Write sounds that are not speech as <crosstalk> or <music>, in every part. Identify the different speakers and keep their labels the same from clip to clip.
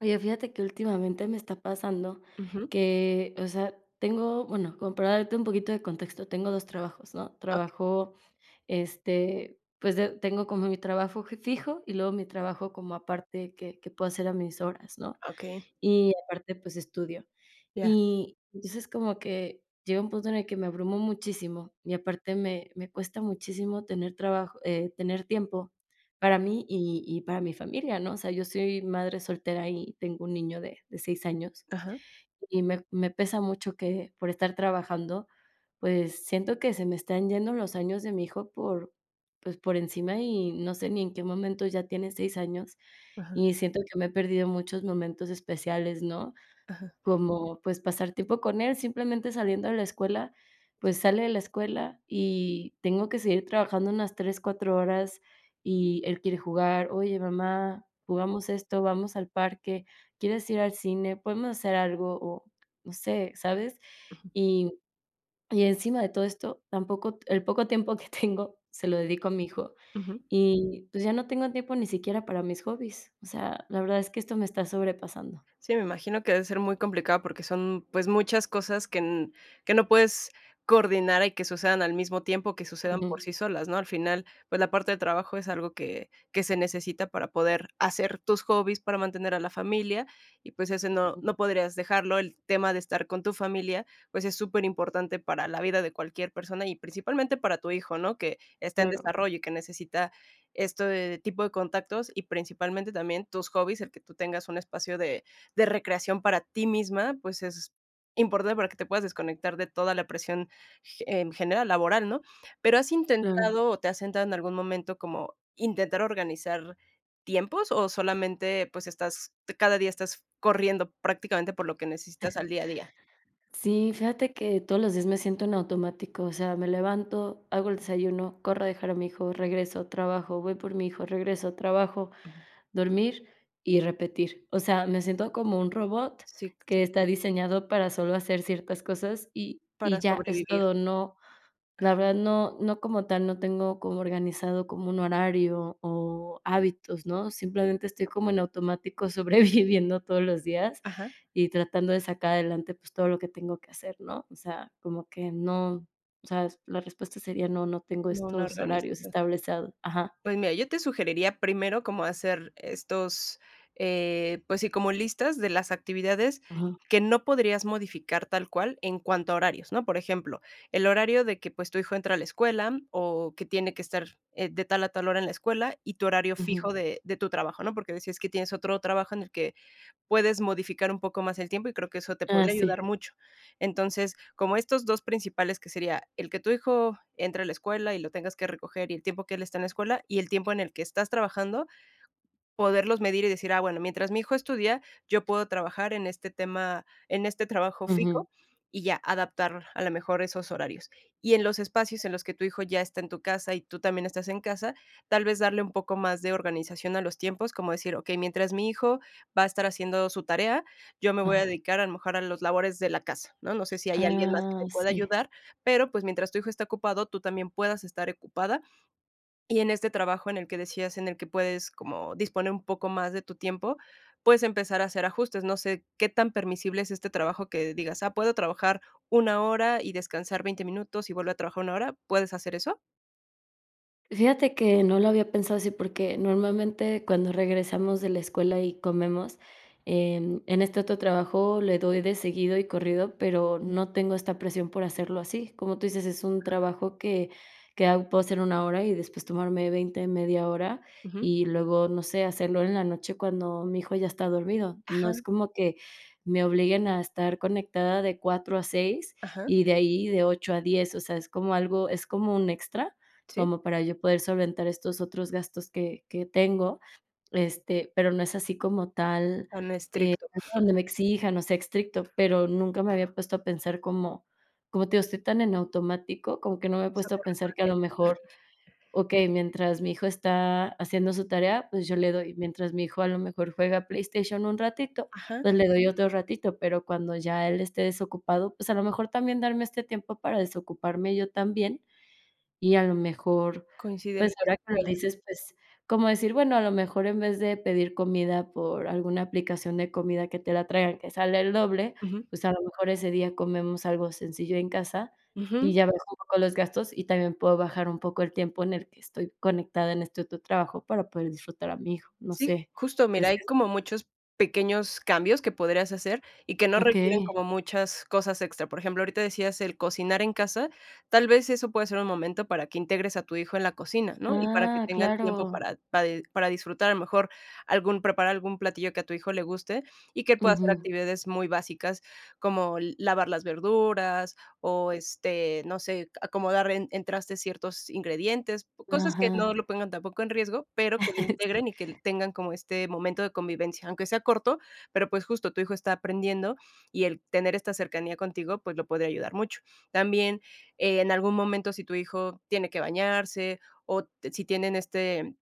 Speaker 1: Oye, fíjate que últimamente me está pasando
Speaker 2: Ujú.
Speaker 1: que, o sea, tengo, bueno, como para darte un poquito de contexto, tengo 2 trabajos, ¿no?
Speaker 2: Okey,
Speaker 1: Trabajo, este, pues, de tengo como mi trabajo je fijo y luego mi trabajo como aparte que puedo hacer a mis horas, ¿no?
Speaker 2: okey.
Speaker 1: Y aparte, pues, estudio.
Speaker 2: Ya.
Speaker 1: Y entonces como que llega un punto en el que me abrumo muchísimo y aparte me cuesta muchísimo tener trabajo, tener tiempo para mí y para mi familia, ¿no? O sea, yo soy madre soltera y tengo un niño de 6 años.
Speaker 2: Ajá,
Speaker 1: Y me pesa mucho que por estar trabajando, pues, siento que se me están yendo los años de mi hijo por, pues, por encima y no sé ni en qué momento, ya tiene 6 años,
Speaker 2: ajá,
Speaker 1: y siento que me he perdido muchos momentos especiales, ¿no?
Speaker 2: ajá.
Speaker 1: Como, pues, pasar tiempo con él, simplemente saliendo de la escuela, pues, sale de la escuela y tengo que seguir trabajando unas 3 4 horas, y él quiere jugar: "Oye, mamá, jugamos esto, vamos al parque, ¿quieres ir al cine? Podemos hacer algo", o no sé, ¿sabes? Y y encima de todo esto, tampoco el poco tiempo que <laughs> tengo se lo dedico a mi hijo,
Speaker 2: Ujú.
Speaker 1: y, pues, ya no tengo tiempo ni siquiera para mis hobbies. O sea, la verdad es que esto me está sobrepasando.
Speaker 2: Sí, me imagino que debe ser muy complicado porque son, pues, muchas cosas que n que no puedes coordinar y que sucedan al mismo tiempo, que sucedan por
Speaker 1: Ujú,
Speaker 2: sí solas, ¿no? Al final, pues, la parte de trabajo es algo que se necesita para poder hacer tus hobbies, para mantener a la familia y, pues, ese no
Speaker 1: mm,
Speaker 2: no podrías dejarlo. El tema de estar con tu familia, pues, es súper importante para la vida de cualquier persona y principalmente para tu hijo, ¿no? Que está en
Speaker 1: claro,
Speaker 2: desarrollo y que necesita este tipo de contactos y principalmente también tus hobbies, el que tú tengas un espacio de recreación para ti misma, pues es importante para que te puedas desconectar de toda la presión en general laboral, ¿no? Pero ¿has
Speaker 1: claro.
Speaker 2: intentado o te has sentado en algún momento como intentar organizar tiempos o solamente pues estás, cada día estás corriendo prácticamente por lo que necesitas al día a día?
Speaker 1: Sí, fíjate que todos los días me siento en automático, o sea, me levanto, hago el desayuno, corro a dejar a mi hijo, regreso, trabajo, voy por mi hijo, regreso, trabajo,
Speaker 2: Ujú.
Speaker 1: dormir y repetir. O sea, me siento como un robot
Speaker 2: Sí,
Speaker 1: que está diseñado para solo hacer ciertas cosas y,
Speaker 2: para
Speaker 1: ya es
Speaker 2: sobrevivir.
Speaker 1: todo, no, la verdad no como tal, no tengo como organizado como un horario o hábitos, ¿no? Simplemente estoy como en automático <laughs> sobreviviendo todos los días
Speaker 2: Ajá,
Speaker 1: y tratando de sacar adelante, pues, todo lo que tengo que hacer, ¿no? O sea, como que no, o sea, la respuesta sería no, no tengo
Speaker 2: no una
Speaker 1: estos horarios
Speaker 2: organización.
Speaker 1: establecidos. Ajá,
Speaker 2: Pues mira, yo te sugeriría primero como hacer pues sí, como listas de las actividades
Speaker 1: ajá,
Speaker 2: que no podrías modificar tal cual en cuanto a horarios, ¿no? Por ejemplo, el horario de que pues tu hijo entra a la escuela o que tiene que estar de tal a tal hora en la escuela y tu horario
Speaker 1: ujú.
Speaker 2: fijo de tu trabajo, ¿no? Porque decías que tienes otro trabajo en el que puedes modificar un poco más el tiempo y creo que eso te
Speaker 1: Ah,
Speaker 2: podría ayudar
Speaker 1: sí,
Speaker 2: mucho. Entonces, como estos 2 principales, que sería el que tu hijo entre a la escuela y lo tengas que recoger y el tiempo que él está en la escuela y el tiempo en el que estás trabajando, poderlos medir y decir: "Ah, bueno, mientras mi hijo estudia, yo puedo trabajar en este tema en este trabajo
Speaker 1: ujú,
Speaker 2: fijo", y ya, adaptar a lo mejor esos horarios. Y en los espacios en los que tu hijo ya está en tu casa y tú también estás en casa, tal vez darle un poco más de organización a los tiempos, como decir: "Ok, mientras mi hijo va a estar haciendo su tarea, yo me voy a
Speaker 1: ajá.
Speaker 2: dedicar a lo mejor a los labores de la casa", ¿no? No sé si hay alguien más que
Speaker 1: Ah,
Speaker 2: te pueda
Speaker 1: sí.
Speaker 2: ayudar, pero, pues, mientras tu hijo está ocupado, tú también puedas estar ocupada y en este trabajo en el que decías, en el que puedes como disponer un poco más de tu tiempo, puedes empezar a hacer ajustes. No sé, ¿qué tan permisible es este trabajo que digas, ah, puedo trabajar una hora y descansar 20 minutos y vuelvo a trabajar una hora? ¿Puedes hacer eso?
Speaker 1: Fíjate que no lo había pensado así, porque normalmente cuando regresamos de la escuela y comemos, en este otro trabajo le doy de seguido y corrido, pero no tengo esta presión por hacerlo así. Como tú dices, es un trabajo que, puedo hacer 1 hora y después tomarme 20 media hora
Speaker 2: Ujú.
Speaker 1: y luego, no sé, hacerlo en la noche cuando mi hijo ya está dormido. No
Speaker 2: Ajá,
Speaker 1: es como que me obliguen a estar conectada de 4 a 6
Speaker 2: ajá,
Speaker 1: y de ahí de 8 a 10. O sea, es como algo, es como un extra
Speaker 2: sí,
Speaker 1: como para yo poder solventar estos otros gastos que tengo, este, pero no es así como tal
Speaker 2: tan estricto,
Speaker 1: donde me exijan, o sea, estricto, pero nunca me había puesto a pensar como como te digo, estoy tan en automático, como que no me he
Speaker 2: solo
Speaker 1: puesto a pensar que a lo
Speaker 2: resolviendo.
Speaker 1: mejor, okey, mientras mi hijo está haciendo su tarea, pues yo le doy, mientras mi hijo a lo mejor juega PlayStation un ratito,
Speaker 2: Ajá,
Speaker 1: pues le doy otro ratito, pero cuando ya él esté desocupado, pues a lo mejor también darme este tiempo para desocuparme yo también y a lo mejor,
Speaker 2: coinciden
Speaker 1: pues,
Speaker 2: las
Speaker 1: ahora que lo
Speaker 2: actividades.
Speaker 1: dices, pues, como decir, bueno, a lo mejor en vez de pedir comida por alguna aplicación de comida que te la traigan, que sale el doble,
Speaker 2: Ujú,
Speaker 1: pues, a lo mejor ese día comemos algo sencillo en casa y
Speaker 2: ujú.
Speaker 1: ya bajo un poco los gastos y también puedo bajar un poco el tiempo en el que estoy conectada en este otro trabajo para poder disfrutar a mi hijo, no
Speaker 2: Sí,
Speaker 1: sé,
Speaker 2: justo, mira,
Speaker 1: ¿crees que
Speaker 2: hay como muchos pequeños cambios que podrías hacer y que no requieren
Speaker 1: Okey?
Speaker 2: como muchas cosas extra. Por ejemplo, ahorita decías el cocinar en casa, tal vez eso puede ser un momento para que integres a tu hijo en la cocina, ¿no? Y para que
Speaker 1: Ah,
Speaker 2: tengan tiempo
Speaker 1: claro.
Speaker 2: para disfrutar a lo mejor algún, preparar algún platillo que a tu hijo le guste y que él pueda hacer
Speaker 1: Ujú.
Speaker 2: actividades muy básicas como lavar las verduras o, este, no sé, acomodar en trastes ciertos ingredientes, cosas que
Speaker 1: Ajá.
Speaker 2: no lo pongan tampoco en riesgo, pero que lo
Speaker 1: <laughs> Sí.
Speaker 2: integren y que tengan como este momento de convivencia, aunque sea corto, pero, pues, justo tu hijo está aprendiendo y el tener esta cercanía contigo, pues, lo podría ayudar mucho. También, en algún momento, si tu hijo tiene que bañarse o si tienen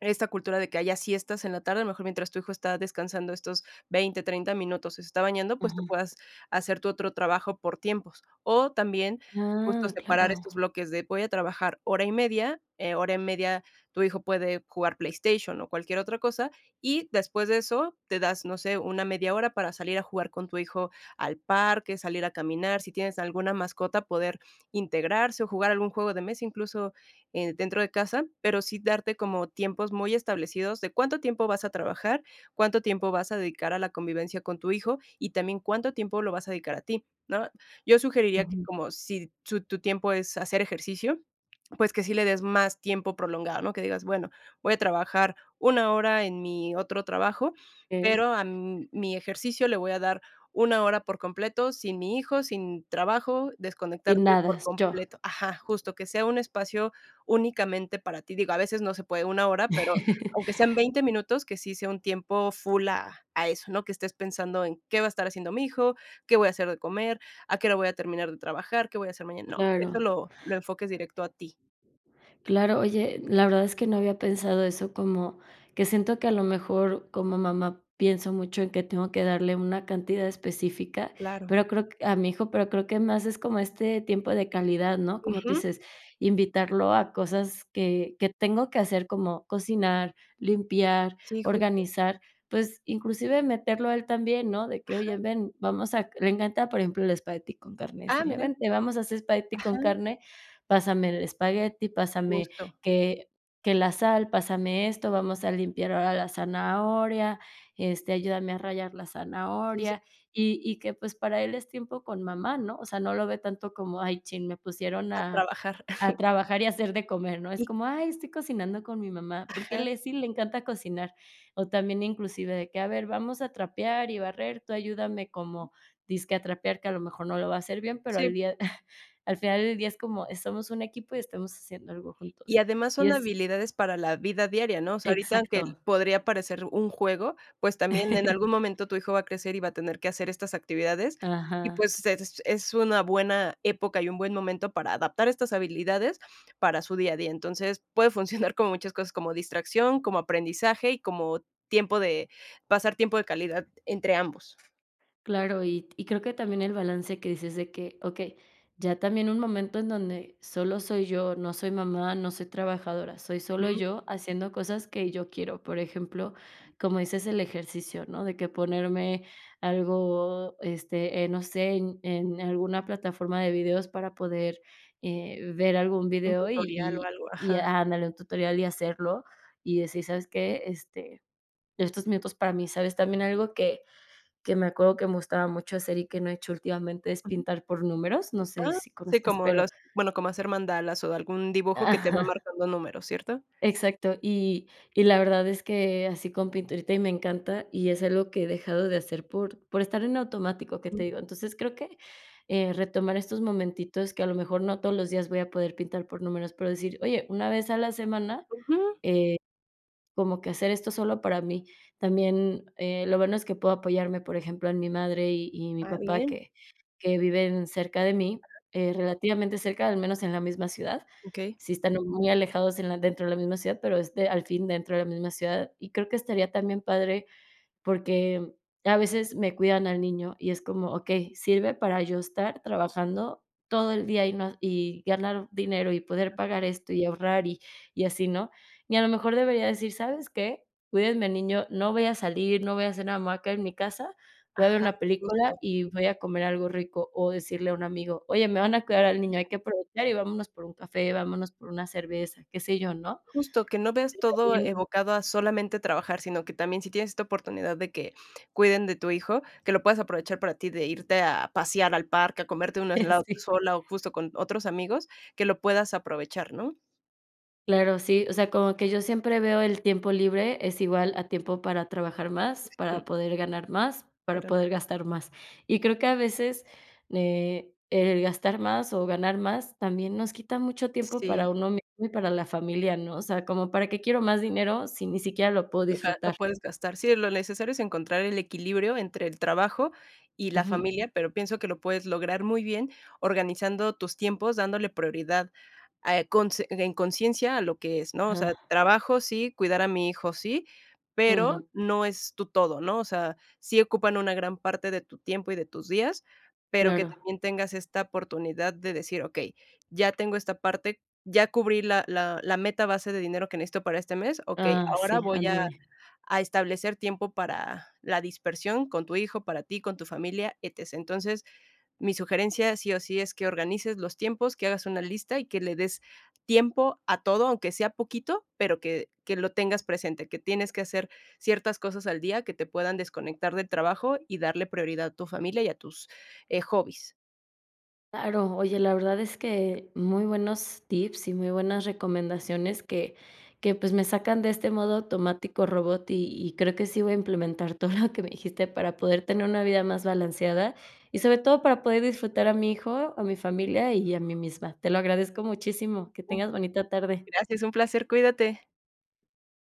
Speaker 2: esta cultura de que haya siestas en la tarde, a lo mejor mientras tu hijo está descansando estos 20 30 minutos, se está bañando, pues,
Speaker 1: Ajá.
Speaker 2: tú puedas hacer tu otro trabajo por tiempos. O también justo
Speaker 1: Ah,
Speaker 2: separar
Speaker 1: claro.
Speaker 2: estos bloques de voy a trabajar hora y media tu hijo puede jugar PlayStation o cualquier otra cosa, y después de eso te das, no sé, una media hora para salir a jugar con tu hijo al parque, salir a caminar, si tienes alguna mascota, poder integrarse o jugar algún juego de mesa incluso dentro de casa, pero sí darte como tiempos muy establecidos de cuánto tiempo vas a trabajar, cuánto tiempo vas a dedicar a la convivencia con tu hijo y también cuánto tiempo lo vas a dedicar a ti, ¿no? Yo sugeriría que
Speaker 1: Ujú.
Speaker 2: como si su tu tiempo es hacer ejercicio, pues que sí le des más tiempo prolongado, ¿no? Que digas, bueno, voy a trabajar una hora en mi otro trabajo,
Speaker 1: Okey.
Speaker 2: pero a m mi ejercicio le voy a dar una hora por completo, sin mi hijo, sin trabajo,
Speaker 1: Sin
Speaker 2: desconectarte
Speaker 1: nada,
Speaker 2: por
Speaker 1: yo.
Speaker 2: completo. Ajá, justo, que sea un espacio únicamente para ti. Digo, a veces no se puede una hora, pero aunque
Speaker 1: <laughs>
Speaker 2: sean 20 minutos, que sí sea un tiempo full a eso, ¿no? Que estés pensando en qué va a estar haciendo mi hijo, qué voy a hacer de comer, a qué hora voy a terminar de trabajar, qué voy a hacer mañana. No, eso
Speaker 1: Claro,
Speaker 2: lo enfoques directo a ti.
Speaker 1: claro. Oye, la verdad es que no había pensado eso, como que siento que a lo mejor como mamá pienso mucho en que tengo que darle una cantidad específica,
Speaker 2: Claro.
Speaker 1: pero creo que a mi hijo, pero creo que más es como este tiempo de calidad, ¿no? Como tú
Speaker 2: Ujú.
Speaker 1: dices, invitarlo a cosas que tengo que hacer, como cocinar, limpiar,
Speaker 2: Sí, justo.
Speaker 1: organizar, pues, inclusive meterlo a él también, ¿no? De que:
Speaker 2: Ajá.
Speaker 1: "Oye, ven, vamos a" le encanta, por ejemplo, el espagueti con carne,
Speaker 2: Ah,
Speaker 1: decirle:
Speaker 2: mira.
Speaker 1: "Vente, vamos a hacer espagueti con
Speaker 2: Ajá,
Speaker 1: carne". Pásame el espagueti, pásame
Speaker 2: justo.
Speaker 1: que que la sal, pásame esto, vamos a limpiar ahora la zanahoria, este, ayúdame a rallar la
Speaker 2: Sí, sí,
Speaker 1: zanahoria, y que, pues, para él es tiempo con mamá, ¿no? O sea, no lo ve tanto como: "Ay, chin, me pusieron
Speaker 2: a trabajar. <laughs>
Speaker 1: a trabajar y hacer de comer, ¿no? Es
Speaker 2: Y
Speaker 1: como: "Ay, estoy cocinando con mi mamá", porque
Speaker 2: ajá,
Speaker 1: Leslie le encanta cocinar. O también inclusive de que: "A ver, vamos a trapear y barrer, tú ayúdame como dizque a trapear", que a lo mejor no lo va a hacer bien, pero al
Speaker 2: sí.
Speaker 1: día <laughs> al final del día es como somos un equipo y estamos haciendo algo
Speaker 2: Y
Speaker 1: juntos.
Speaker 2: además
Speaker 1: Y
Speaker 2: son
Speaker 1: es
Speaker 2: habilidades para la vida diaria, ¿no? O sea, ahorita aunque
Speaker 1: exacto.
Speaker 2: podría parecer un juego, pues también en algún
Speaker 1: <laughs>
Speaker 2: momento tu hijo va a crecer y va a tener que hacer estas actividades,
Speaker 1: Ajá.
Speaker 2: y pues es una buena época y un buen momento para adaptar estas habilidades para su día a día. Entonces, puede <laughs> funcionar como muchas cosas, como distracción, como aprendizaje y como tiempo de pasar tiempo de calidad entre ambos.
Speaker 1: Claro, y creo que también el balance que dices de que, okey, ya también un momento en donde solo soy yo, no soy mamá, no soy trabajadora, soy solo yo haciendo cosas que yo quiero. Por ejemplo, como dices, el ejercicio, ¿no? De que ponerme algo, este, no sé, en alguna plataforma de videos para poder, ver algún
Speaker 2: Un
Speaker 1: video y
Speaker 2: tutorial o
Speaker 1: y
Speaker 2: algo, ajá.
Speaker 1: ah, ándale, un tutorial y hacerlo, y decir: "¿Sabes qué? Este, estos minutos para mí", ¿sabes? También algo que me acuerdo que me gustaba mucho hacer y que no he hecho últimamente es
Speaker 2: Ujú.
Speaker 1: pintar por números, no sé
Speaker 2: Ah,
Speaker 1: si
Speaker 2: sí,
Speaker 1: conozcas,
Speaker 2: como
Speaker 1: pero
Speaker 2: los como hacer mandalas o algún dibujo que te va
Speaker 1: ajá,
Speaker 2: marcando números, ¿cierto?
Speaker 1: exacto. Y la verdad es que así con pinturita y me encanta, y es algo que he dejado de hacer por estar en automático, que te
Speaker 2: Ujú,
Speaker 1: digo. Entonces, creo que, retomar estos momentitos que a lo mejor no todos los días voy a poder pintar por números, pero decir: "Oye, una vez a la semana,
Speaker 2: ujú.
Speaker 1: eh" Como que hacer esto solo para mí. También, lo bueno es que puedo apoyarme, por ejemplo, en mi madre y mi
Speaker 2: Ah,
Speaker 1: papá,
Speaker 2: bien,
Speaker 1: que viven cerca de mí, relativamente cerca, al menos en la misma ciudad.
Speaker 2: okey.
Speaker 1: Sí están muy alejados en la dentro de la misma ciudad, pero, es de al fin dentro de la misma ciudad. Y creo que estaría también padre porque a veces me cuidan al niño y es como, okey, sirve para yo estar trabajando todo el día y no y ganar dinero y poder pagar esto y ahorrar y así, ¿no? Y a lo mejor debería decir: "¿Sabes qué? Cuídenme al niño, no voy a salir, no voy a hacer una hamaca en mi casa, voy a ver
Speaker 2: Ajá,
Speaker 1: una película
Speaker 2: justo.
Speaker 1: y voy a comer algo rico", o decirle a un amigo: "Oye, me van a cuidar al niño, hay que aprovechar y vámonos por un café, vámonos por una cerveza", qué sé yo, ¿no?
Speaker 2: Justo, que no veas todo
Speaker 1: También
Speaker 2: evocado a solamente trabajar, sino que también si tienes esta oportunidad de que cuiden de tu hijo, que lo puedas aprovechar para ti, de irte a pasear al parque, a comerte un helado tú
Speaker 1: <laughs> sí.
Speaker 2: sola o justo con otros amigos, que lo puedas aprovechar, ¿no?
Speaker 1: Claro, sí, o sea, como que yo siempre veo el tiempo libre es igual a tiempo para trabajar más, para
Speaker 2: Ujú,
Speaker 1: poder ganar más, para
Speaker 2: pero
Speaker 1: poder gastar más. Y creo que a veces, el gastar más o ganar más también nos quita mucho tiempo para
Speaker 2: sí.
Speaker 1: uno mismo y para la familia, ¿no? O sea, como, ¿para qué quiero más dinero si ni siquiera lo puedo disfrutar?
Speaker 2: Lo puedes gastar. Sí, lo necesario es encontrar el equilibrio entre el trabajo y la
Speaker 1: Ujú,
Speaker 2: familia, pero pienso que lo puedes lograr muy bien organizando tus tiempos, dándole prioridad, conse en conciencia a lo que es, ¿no? O sea,
Speaker 1: ajá,
Speaker 2: trabajo sí, cuidar a mi hijo sí, pero
Speaker 1: ujú,
Speaker 2: no es tu todo, ¿no? O sea, sí ocupan una gran parte de tu tiempo y de tus días, pero que
Speaker 1: claro.
Speaker 2: también tengas esta oportunidad de decir: "Okey, ya tengo esta parte, ya cubrí la meta base de dinero que necesito para este mes, okey,
Speaker 1: Ah, sí,
Speaker 2: ahora voy a
Speaker 1: ándale.
Speaker 2: a establecer tiempo para la dispersión con tu hijo, para ti, con tu familia, etc. Entonces, mi sugerencia sí o sí es que organices los tiempos, que hagas una lista y que le des tiempo a todo, aunque sea poquito, pero que lo tengas presente, que tienes que hacer ciertas cosas al día que te puedan desconectar del trabajo y darle prioridad a tu familia y a tus hobbies.
Speaker 1: Claro, oye, la verdad es que muy buenos tips y muy buenas recomendaciones que pues me sacan de este modo automático robot y creo que sí voy a implementar <laughs> todo lo que me dijiste para poder tener una vida más balanceada y sobre todo para poder disfrutar a mi hijo, a mi familia y a mí misma. Te lo agradezco muchísimo. Que tengas bonita tarde.
Speaker 2: Gracias, un placer, cuídate."